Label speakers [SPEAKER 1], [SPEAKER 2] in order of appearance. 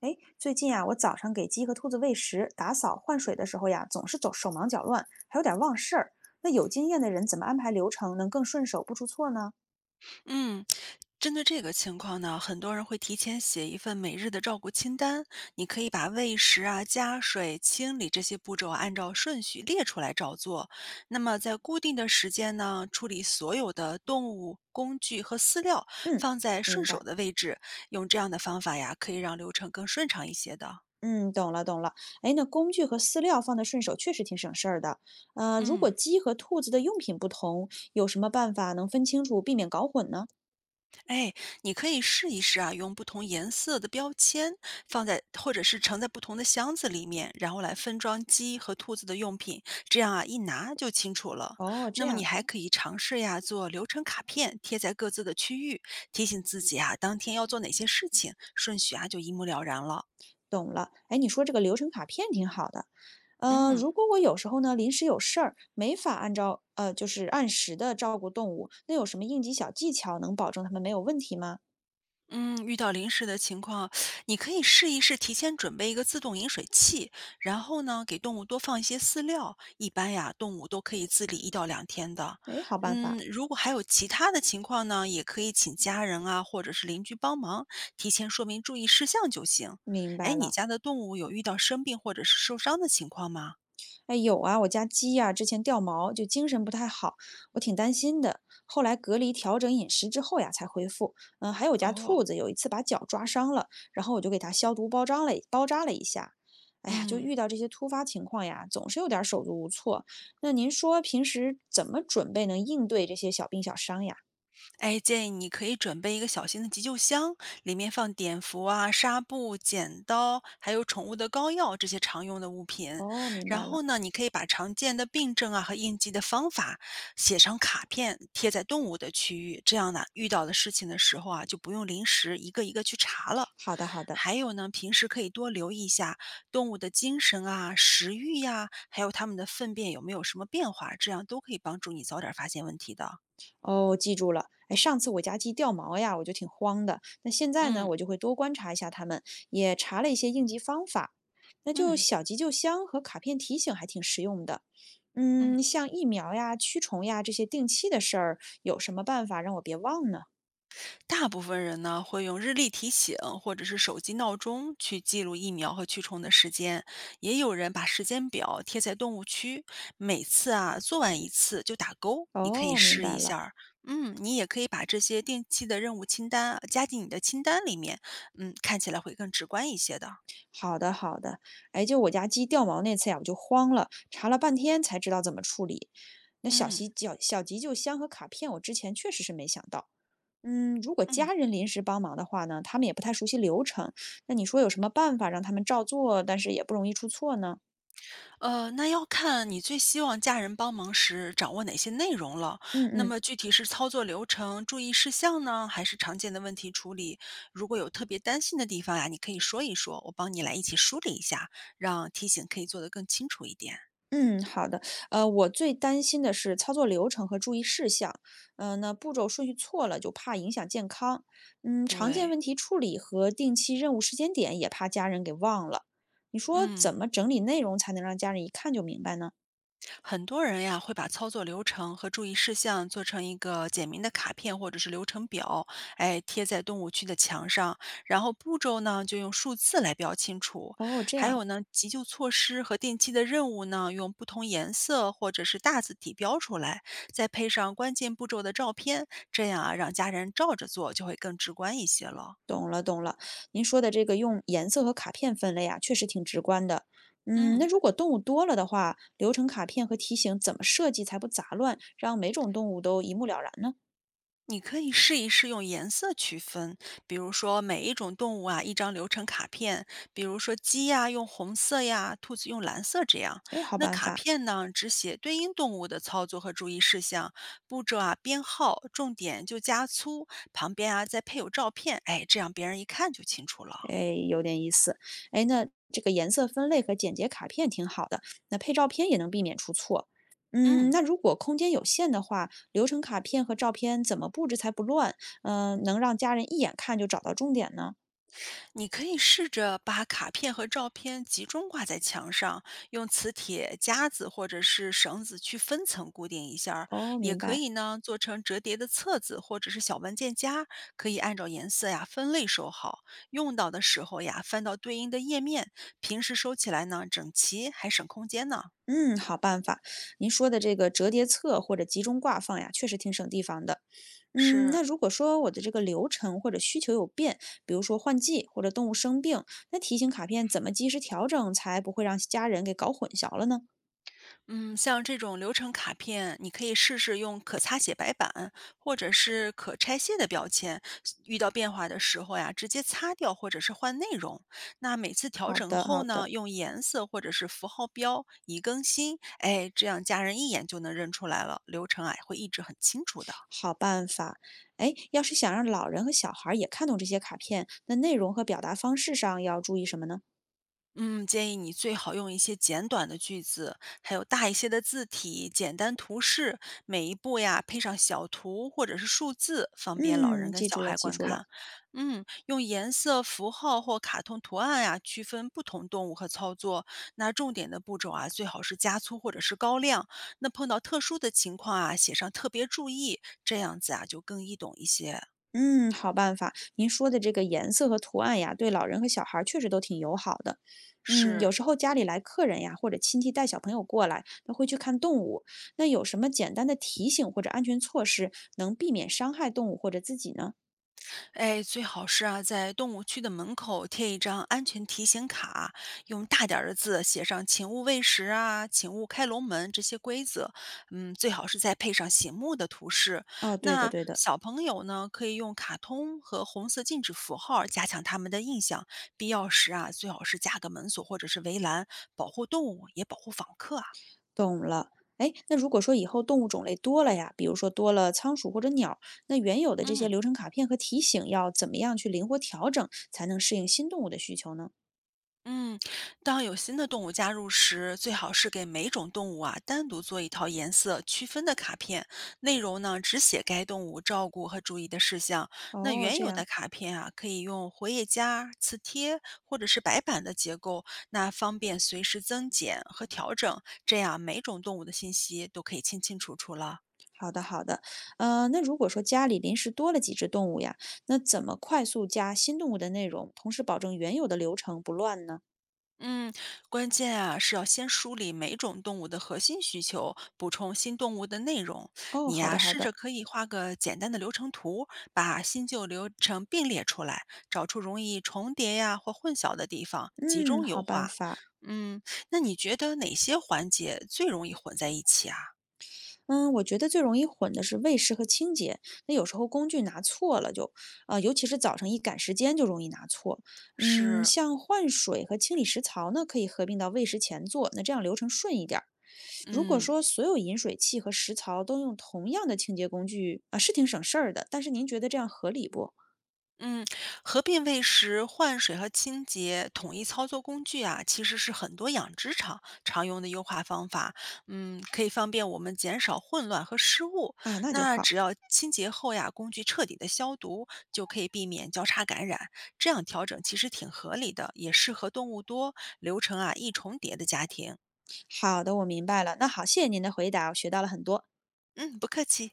[SPEAKER 1] 哎，最近啊，我早上给鸡和兔子喂食、打扫、换水的时候呀，总是走手忙脚乱，还有点忘事儿。那有经验的人怎么安排流程能更顺手不出错呢？
[SPEAKER 2] 嗯，针对这个情况呢，很多人会提前写一份每日的照顾清单。你可以把喂食啊、加水、清理这些步骤啊按照顺序列出来照做。那么在固定的时间呢，处理所有的动物、工具和饲料，
[SPEAKER 1] 嗯，
[SPEAKER 2] 放在顺
[SPEAKER 1] 明
[SPEAKER 2] 手
[SPEAKER 1] 白。
[SPEAKER 2] 的位置。用这样的方法呀，可以让流程更顺畅一些的。
[SPEAKER 1] 嗯，懂了懂了。哎，那工具和饲料放得顺手，确实挺省事儿的。如
[SPEAKER 2] 嗯。
[SPEAKER 1] 果鸡和兔子的用品不同，有什么办法能分清楚，避免搞混呢？
[SPEAKER 2] 哎，你可以试啊，用不同颜色的标签放在，或者是盛在不同的箱子里面，然后来分装鸡和兔子的用品，这样啊一拿就清楚了。
[SPEAKER 1] 哦，这
[SPEAKER 2] 那么你
[SPEAKER 1] 样
[SPEAKER 2] 还可以尝试呀，做流程卡片贴在各自的区域，提醒自己啊当天要做哪些事情，顺序啊就一目了然了。
[SPEAKER 1] 懂了。哎，你说这个流程卡片挺好的。
[SPEAKER 2] 嗯。
[SPEAKER 1] 如果我有时候呢临时有事儿，没法按照就是按时的照顾动物，那有什么应急小技巧能保证它们没有问题吗？
[SPEAKER 2] 嗯，遇到临时的情况，你可以试提前准备一个自动饮水器，然后呢，给动物多放一些饲料。一般呀，动物都可以自理一到两天的。
[SPEAKER 1] 哎，好办
[SPEAKER 2] 嗯，
[SPEAKER 1] 法，
[SPEAKER 2] 如果还有其他的情况呢，也可以请家人啊，或者是邻居帮忙，提前说明注意事项就行。
[SPEAKER 1] 明
[SPEAKER 2] 哎，
[SPEAKER 1] 白
[SPEAKER 2] 你
[SPEAKER 1] 了。
[SPEAKER 2] 家的动物有遇到生病或者是受伤的情况吗？
[SPEAKER 1] 哎，有啊，我家鸡呀、之前掉毛，就精神不太好，我挺担心的。后来隔离调整饮食之后呀，才恢复。嗯，还有我家兔
[SPEAKER 2] 哦，
[SPEAKER 1] 子有一次把脚抓伤了，然后我就给它消毒包扎了一下。哎呀，就
[SPEAKER 2] 嗯。
[SPEAKER 1] 遇到这些突发情况呀，总是有点儿手足无措。那您说平时怎么准备能应对这些小病小伤呀？
[SPEAKER 2] 哎，建议你可以准备一个小型的急救箱，里面放碘伏啊、纱布、剪刀，还有宠物的膏药这些常用的物品。
[SPEAKER 1] 哦，明
[SPEAKER 2] 然
[SPEAKER 1] 白了。
[SPEAKER 2] 后呢，你可以把常见的病症啊和应急的方法写成卡片，贴在动物的区域，这样呢，遇到的事情的时候啊，就不用临时一个一个去查了。
[SPEAKER 1] 好的，好的。
[SPEAKER 2] 还有呢，平时可以多留意一下动物的精神啊、食欲呀、还有它们的粪便有没有什么变化，这样都可以帮助你早点发现问题的。
[SPEAKER 1] 哦，记住了。哎，上次我家鸡掉毛呀，我就挺慌的。那现在呢，
[SPEAKER 2] 嗯。
[SPEAKER 1] 我就会多观察一下它们，也查了一些应急方法。那就
[SPEAKER 2] 嗯。
[SPEAKER 1] 小急救箱和卡片提醒还挺实用的。
[SPEAKER 2] 嗯，
[SPEAKER 1] 嗯，像疫苗呀、驱虫呀这些定期的事儿，有什么办法让我别忘呢？
[SPEAKER 2] 大部分人呢会用日历提醒或者是手机闹钟去记录疫苗和驱虫的时间，也有人把时间表贴在动物区，每次啊做完一次就打勾，你可以
[SPEAKER 1] 哦，明
[SPEAKER 2] 试一
[SPEAKER 1] 白
[SPEAKER 2] 下
[SPEAKER 1] 了。
[SPEAKER 2] 儿。嗯，你也可以把这些定期的任务清单啊加进你的清单里面，嗯，看起来会更直观一些的。
[SPEAKER 1] 好的，好的。哎，就我家鸡掉毛那次呀，我就慌了，查了半天才知道怎么处理。那小
[SPEAKER 2] 嗯
[SPEAKER 1] 急小小急救箱和卡片，我之前确实是没想到。嗯，如果
[SPEAKER 2] 嗯。
[SPEAKER 1] 家人临时帮忙的话呢，他们也不太熟悉流程，那你说有什么办法让他们照做，但是也不容易出错呢？
[SPEAKER 2] 那要看你最希望家人帮忙时掌握哪些内容了。
[SPEAKER 1] 嗯
[SPEAKER 2] 那
[SPEAKER 1] 嗯
[SPEAKER 2] 么具体是操作流程、注意事项呢，还是常见的问题处理？如果有特别担心的地方呀，你可以说一说，我帮你来一起梳理一下，让提醒可以做得更清楚一点。
[SPEAKER 1] 嗯，好的。我最担心的是操作流程和注意事项，嗯、那步骤顺序错了就怕影响健康。嗯，常见
[SPEAKER 2] 对，
[SPEAKER 1] 问题处理和定期任务时间点也怕家人给忘了。你说怎
[SPEAKER 2] 嗯。
[SPEAKER 1] 么整理内容才能让家人一看就明白呢？
[SPEAKER 2] 很多人呀会把操作流程和注意事项做成一个简明的卡片或者是流程表，哎，贴在动物区的墙上，然后步骤呢就用数字来标清楚。
[SPEAKER 1] 哦，这
[SPEAKER 2] 还
[SPEAKER 1] 样啊
[SPEAKER 2] 有呢，急救措施和定期的任务呢，用不同颜色或者是大字体标出来，再配上关键步骤的照片，这样啊让家人照着做就会更直观一些了。
[SPEAKER 1] 懂了，懂了。您说的这个用颜色和卡片分类啊，确实挺直观的。嗯，那
[SPEAKER 2] 嗯。
[SPEAKER 1] 如果动物多了的话，流程卡片和提醒怎么设计才不杂乱，让每种动物都一目了然呢？
[SPEAKER 2] 你可以试用颜色区分，比如说每一种动物啊，一张流程卡片，比如说鸡呀、用红色呀，兔子用蓝色这样。
[SPEAKER 1] 哎，好
[SPEAKER 2] 那
[SPEAKER 1] 办
[SPEAKER 2] 卡
[SPEAKER 1] 法，
[SPEAKER 2] 片呢，只写对应动物的操作和注意事项，步骤啊编号，重点就加粗，旁边啊再配有照片，哎，这样别人一看就清楚了。
[SPEAKER 1] 哎，有点意思。哎，那这个颜色分类和简洁卡片挺好的，那配照片也能避免出错。嗯，
[SPEAKER 2] 嗯。
[SPEAKER 1] 那如果空间有限的话，流程卡片和照片怎么布置才不乱？嗯、能让家人一眼看就找到重点呢？
[SPEAKER 2] 你可以试着把卡片和照片集中挂在墙上，用磁铁夹子或者是绳子去分层固定一下儿。
[SPEAKER 1] 哦，
[SPEAKER 2] 也
[SPEAKER 1] 明
[SPEAKER 2] 可
[SPEAKER 1] 白。
[SPEAKER 2] 以呢，做成折叠的册子或者是小文件夹，可以按照颜色呀分类收好。用到的时候呀，翻到对应的页面。平时收起来呢，整齐还省空间呢。
[SPEAKER 1] 嗯，好办法。您说的这个折叠册或者集中挂放呀，确实挺省地方的。嗯，
[SPEAKER 2] 是，
[SPEAKER 1] 那如果说我的这个流程或者需求有变，比如说换季或者动物生病，那提醒卡片怎么及时调整，才不会让家人给搞混淆了呢？
[SPEAKER 2] 嗯，像这种流程卡片，你可以试试用可擦写白板或者是可拆卸的标签，嗯遇到变化的时候呀，直接擦掉或者是换内容。那每次调
[SPEAKER 1] 好
[SPEAKER 2] 整
[SPEAKER 1] 的，
[SPEAKER 2] 后
[SPEAKER 1] 好
[SPEAKER 2] 呢，
[SPEAKER 1] 的，
[SPEAKER 2] 用颜色或者是符号标以更新，哎，这样家人一眼就能认出来了，流程啊会一直很清楚的。
[SPEAKER 1] 好办法。哎，要是想让老人和小孩儿也看懂这些卡片，那内容和表达方式上要注意什么呢？
[SPEAKER 2] 嗯，建议你最好用一些简短的句子，还有大一些的字体、简单图示，每一步呀配上小图或者是数字，方便老人
[SPEAKER 1] 嗯，
[SPEAKER 2] 跟
[SPEAKER 1] 记
[SPEAKER 2] 小
[SPEAKER 1] 住了，
[SPEAKER 2] 孩
[SPEAKER 1] 记
[SPEAKER 2] 观
[SPEAKER 1] 住了。
[SPEAKER 2] 看。嗯，用颜色、符号或卡通图案呀区分不同动物和操作。那重点的步骤啊，最好是加粗或者是高亮。那碰到特殊的情况啊，写上特别注意，这样子啊就更易懂一些。
[SPEAKER 1] 嗯，好办法。您说的这个颜色和图案呀，对老人和小孩儿确实都挺友好的。嗯，
[SPEAKER 2] 是。
[SPEAKER 1] 有时候家里来客人呀，或者亲戚带小朋友过来，那会去看动物。那有什么简单的提醒或者安全措施，能避免伤害动物或者自己呢？
[SPEAKER 2] 哎，最好是啊，在动物区的门口贴一张安全提醒卡，用大点儿的字写上“请勿喂食”啊，“请勿开笼门”这些规则。嗯，最好是再配上醒目的图示。
[SPEAKER 1] 哦，对的，
[SPEAKER 2] 那
[SPEAKER 1] 对的，
[SPEAKER 2] 小朋友呢，可以用卡通和红色禁止符号加强他们的印象。必要时啊，最好是加个门锁或者是围栏，保护动物，也保护访客啊。
[SPEAKER 1] 懂了。哎，那如果说以后动物种类多了呀，比如说多了仓鼠或者鸟，那原有的这些
[SPEAKER 2] 嗯。
[SPEAKER 1] 流程卡片和提醒要怎么样去灵活调整，才能适应新动物的需求呢？
[SPEAKER 2] 嗯，当有新的动物加入时，最好是给每种动物啊单独做一套颜色区分的卡片，内容呢只写该动物照顾和注意的事项。那
[SPEAKER 1] 哦，
[SPEAKER 2] 原
[SPEAKER 1] 这
[SPEAKER 2] 有的
[SPEAKER 1] 样。
[SPEAKER 2] 卡片啊，可以用活页夹、磁贴或者是白板的结构，那方便随时增减和调整，这样每种动物的信息都可以清清楚楚了。
[SPEAKER 1] 好的，好的，那如果说家里临时多了几只动物呀，那怎么快速加新动物的内容，同时保证原有的流程不乱呢？
[SPEAKER 2] 嗯，关键啊是要先梳理每种动物的核心需求，补充新动物的内容。
[SPEAKER 1] 哦，
[SPEAKER 2] 你
[SPEAKER 1] 好
[SPEAKER 2] 呀、
[SPEAKER 1] 的，好
[SPEAKER 2] 试着
[SPEAKER 1] 的，
[SPEAKER 2] 可以画个简单的流程图，把新旧流程并列出来，找出容易重叠呀、或混淆的地方，集
[SPEAKER 1] 嗯，
[SPEAKER 2] 中优
[SPEAKER 1] 好办
[SPEAKER 2] 化。
[SPEAKER 1] 法。
[SPEAKER 2] 嗯，那你觉得哪些环节最容易混在一起啊？
[SPEAKER 1] 嗯，我觉得最容易混的是喂食和清洁，那有时候工具拿错了就，尤其是早上一赶时间就容易拿错。嗯，
[SPEAKER 2] 是，
[SPEAKER 1] 像换水和清理食槽呢，可以合并到喂食前做，那这样流程顺一点儿。如果
[SPEAKER 2] 嗯。
[SPEAKER 1] 说所有饮水器和食槽都用同样的清洁工具啊，是挺省事儿的，但是您觉得这样合理不？
[SPEAKER 2] 嗯，合并喂食、换水和清洁统一操作工具啊，其实是很多养殖场常用的优化方法。嗯，可以方便我们减少混乱和失误。
[SPEAKER 1] 啊，那就
[SPEAKER 2] 那
[SPEAKER 1] 好。
[SPEAKER 2] 只要清洁后呀，工具彻底的消毒，就可以避免交叉感染。这样调整其实挺合理的，也适合动物多、流程啊易重叠的家庭。
[SPEAKER 1] 好的，我明白了。那好，谢谢您的回答，我学到了很多。
[SPEAKER 2] 嗯，不客气。